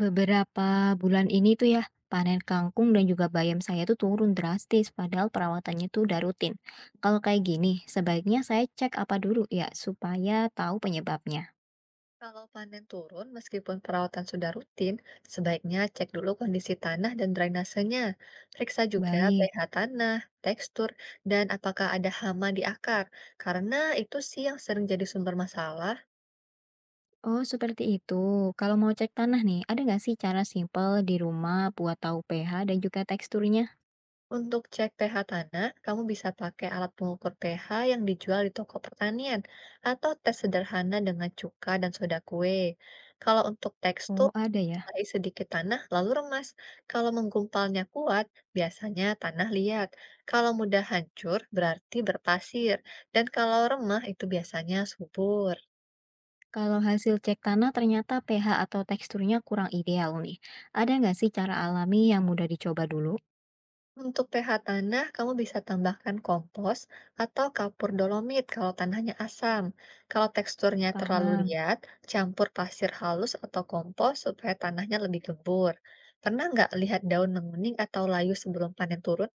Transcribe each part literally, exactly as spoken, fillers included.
Beberapa bulan ini tuh ya, panen kangkung dan juga bayam saya tuh turun drastis, padahal perawatannya tuh udah rutin. Kalau kayak gini, sebaiknya saya cek apa dulu ya, supaya tahu penyebabnya. Kalau panen turun, meskipun perawatan sudah rutin, sebaiknya cek dulu kondisi tanah dan drainasenya. Periksa juga Baik. pH tanah, tekstur, dan apakah ada hama di akar. Karena itu sih yang sering jadi sumber masalah. Oh, seperti itu. Kalau mau cek tanah nih, ada nggak sih cara simpel di rumah buat tahu pe ha dan juga teksturnya? Untuk cek pH tanah, kamu bisa pakai alat pengukur pH yang dijual di toko pertanian atau tes sederhana dengan cuka dan soda kue. Kalau untuk tekstur, Oh, ada ya. tarik sedikit tanah lalu remas. Kalau menggumpalnya kuat, biasanya tanah liat. Kalau mudah hancur, berarti berpasir. Dan kalau remah, itu biasanya subur. Kalau hasil cek tanah ternyata pe ha atau teksturnya kurang ideal nih. Ada nggak sih cara alami yang mudah dicoba dulu? Untuk pH tanah, kamu bisa tambahkan kompos atau kapur dolomit kalau tanahnya asam. Kalau teksturnya terlalu Paham. liat, campur pasir halus atau kompos supaya tanahnya lebih gembur. Pernah nggak lihat daun menguning atau layu sebelum panen turun?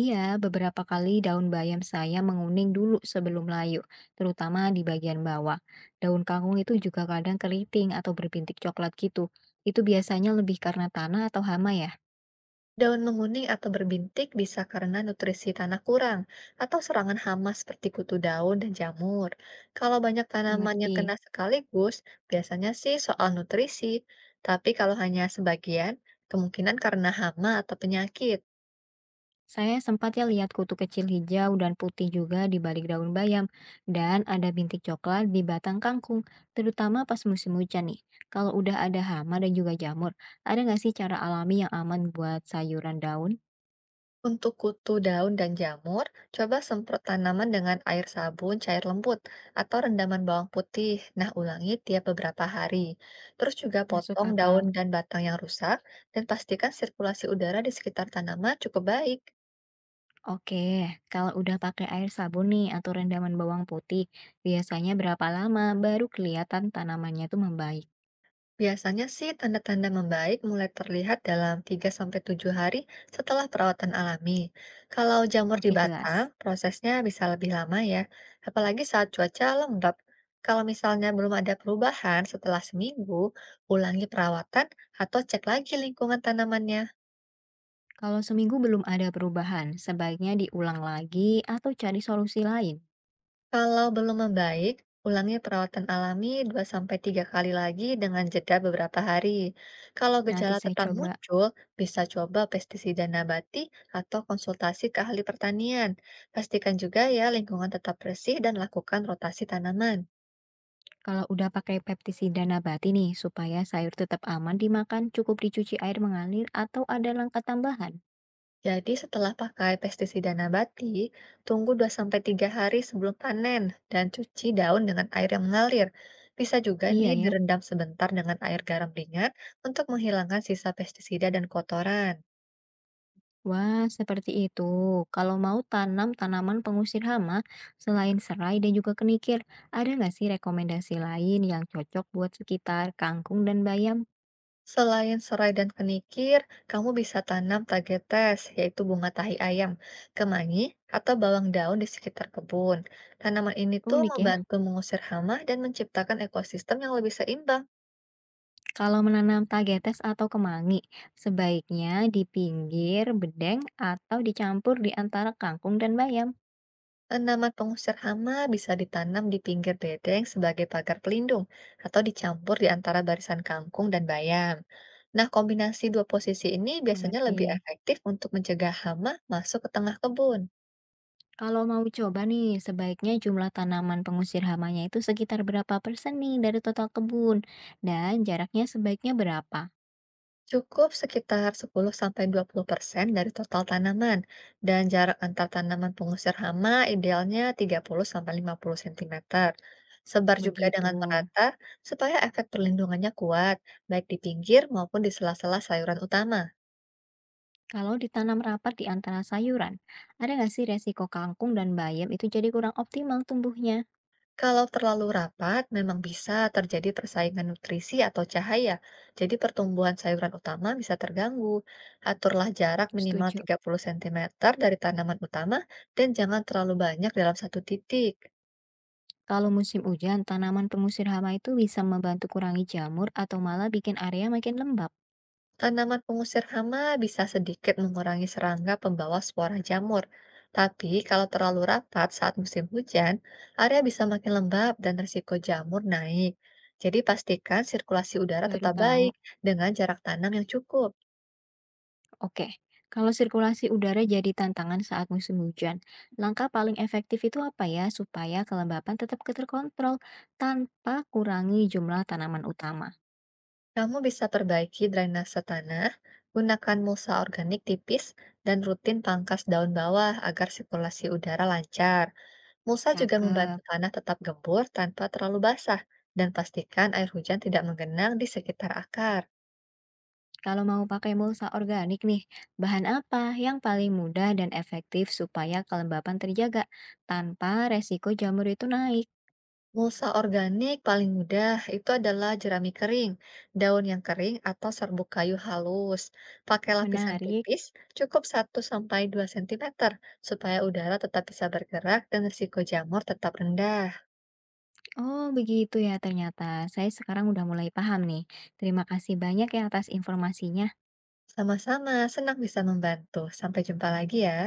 Iya, beberapa kali daun bayam saya menguning dulu sebelum layu, terutama di bagian bawah. Daun kangkung itu juga kadang keriting atau berbintik coklat gitu. Itu biasanya lebih karena tanah atau hama ya? Daun menguning atau berbintik bisa karena nutrisi tanah kurang atau serangan hama seperti kutu daun dan jamur. Kalau banyak tanaman yang kena Mengerti. sekaligus, biasanya sih soal nutrisi. Tapi kalau hanya sebagian, kemungkinan karena hama atau penyakit. Saya sempat ya lihat kutu kecil hijau dan putih juga di balik daun bayam, dan ada bintik coklat di batang kangkung, terutama pas musim hujan nih. Kalau udah ada hama dan juga jamur, ada nggak sih cara alami yang aman buat sayuran daun? Untuk kutu daun dan jamur, coba semprot tanaman dengan air sabun cair lembut atau rendaman bawang putih. Nah, ulangi tiap beberapa hari. Terus juga Masuk potong daun akal. dan batang yang rusak dan pastikan sirkulasi udara di sekitar tanaman cukup baik. Oke, kalau udah pakai air sabun nih atau rendaman bawang putih, biasanya berapa lama baru kelihatan tanamannya tuh membaik? Biasanya sih tanda-tanda membaik mulai terlihat dalam tiga sampai tujuh hari setelah perawatan alami. Kalau jamur di Oke, batang, jelas. prosesnya bisa lebih lama ya, apalagi saat cuaca lembab. Kalau misalnya belum ada perubahan setelah seminggu, ulangi perawatan atau cek lagi lingkungan tanamannya. Kalau seminggu belum ada perubahan, sebaiknya diulang lagi atau cari solusi lain. Kalau belum membaik, ulangi perawatan alami dua sampai tiga kali lagi dengan jeda beberapa hari. Kalau Nanti gejala saya tetap coba muncul, bisa coba pestisida nabati atau konsultasi ke ahli pertanian. Pastikan juga ya lingkungan tetap bersih dan lakukan rotasi tanaman. kalau udah pakai pestisida nabati nih, supaya sayur tetap aman dimakan, cukup dicuci air mengalir atau ada langkah tambahan. Jadi setelah pakai pestisida nabati, tunggu dua sampai tiga hari sebelum panen dan cuci daun dengan air yang mengalir. Bisa juga Iya nih ya. direndam sebentar dengan air garam ringan untuk menghilangkan sisa pestisida dan kotoran. Wah, seperti itu. Kalau mau tanam tanaman pengusir hama, selain serai dan juga kenikir, ada nggak sih rekomendasi lain yang cocok buat sekitar kangkung dan bayam? Selain serai dan kenikir, kamu bisa tanam tagetes, yaitu bunga tahi ayam, kemangi, atau bawang daun di sekitar kebun. Tanaman ini tuh Unik ya. membantu mengusir hama dan menciptakan ekosistem yang lebih seimbang. Kalau menanam tagetes atau kemangi, sebaiknya di pinggir bedeng atau dicampur di antara kangkung dan bayam. Tanaman pengusir hama bisa ditanam di pinggir bedeng sebagai pagar pelindung atau dicampur di antara barisan kangkung dan bayam. Nah, kombinasi dua posisi ini biasanya lebih Mengerti. efektif untuk mencegah hama masuk ke tengah kebun. Kalau mau coba nih, sebaiknya jumlah tanaman pengusir hamanya itu sekitar berapa persen nih dari total kebun? Dan jaraknya sebaiknya berapa? Cukup sekitar sepuluh-dua puluh persen dari total tanaman dan jarak antar tanaman pengusir hama idealnya tiga puluh sampai lima puluh cm. Sebar juga Begitu. dengan merata supaya efek perlindungannya kuat, baik di pinggir maupun di sela-sela sayuran utama. Kalau ditanam rapat di antara sayuran, ada nggak sih resiko kangkung dan bayam itu jadi kurang optimal tumbuhnya? Kalau terlalu rapat, memang bisa terjadi persaingan nutrisi atau cahaya. Jadi pertumbuhan sayuran utama bisa terganggu. Aturlah jarak minimal Setuju. tiga puluh sentimeter dari tanaman utama dan jangan terlalu banyak dalam satu titik. Kalau musim hujan, tanaman pengusir hama itu bisa membantu kurangi jamur atau malah bikin area makin lembab. Tanaman pengusir hama bisa sedikit mengurangi serangga pembawa spora jamur. Tapi kalau terlalu rapat saat musim hujan, area bisa makin lembab dan risiko jamur naik. Jadi pastikan sirkulasi udara Baru tetap tahu. baik dengan jarak tanam yang cukup. Oke. Kalau sirkulasi udara jadi tantangan saat musim hujan, langkah paling efektif itu apa ya supaya kelembapan tetap terkontrol tanpa kurangi jumlah tanaman utama? Kamu bisa perbaiki drainase tanah, gunakan mulsa organik tipis, dan rutin pangkas daun bawah agar sirkulasi udara lancar. Mulsa juga membantu Cakep. tanah tetap gembur tanpa terlalu basah, dan pastikan air hujan tidak menggenang di sekitar akar. Kalau mau pakai mulsa organik nih, bahan apa yang paling mudah dan efektif supaya kelembapan terjaga tanpa resiko jamur itu naik? Mulsa organik paling mudah itu adalah jerami kering, daun yang kering atau serbuk kayu halus. Pakai lapisan Menarik. tipis, cukup satu sampai dua sentimeter, supaya udara tetap bisa bergerak dan risiko jamur tetap rendah. Oh, begitu ya ternyata. Saya sekarang udah mulai paham nih. Terima kasih banyak ya atas informasinya. Sama-sama, senang bisa membantu. Sampai jumpa lagi ya.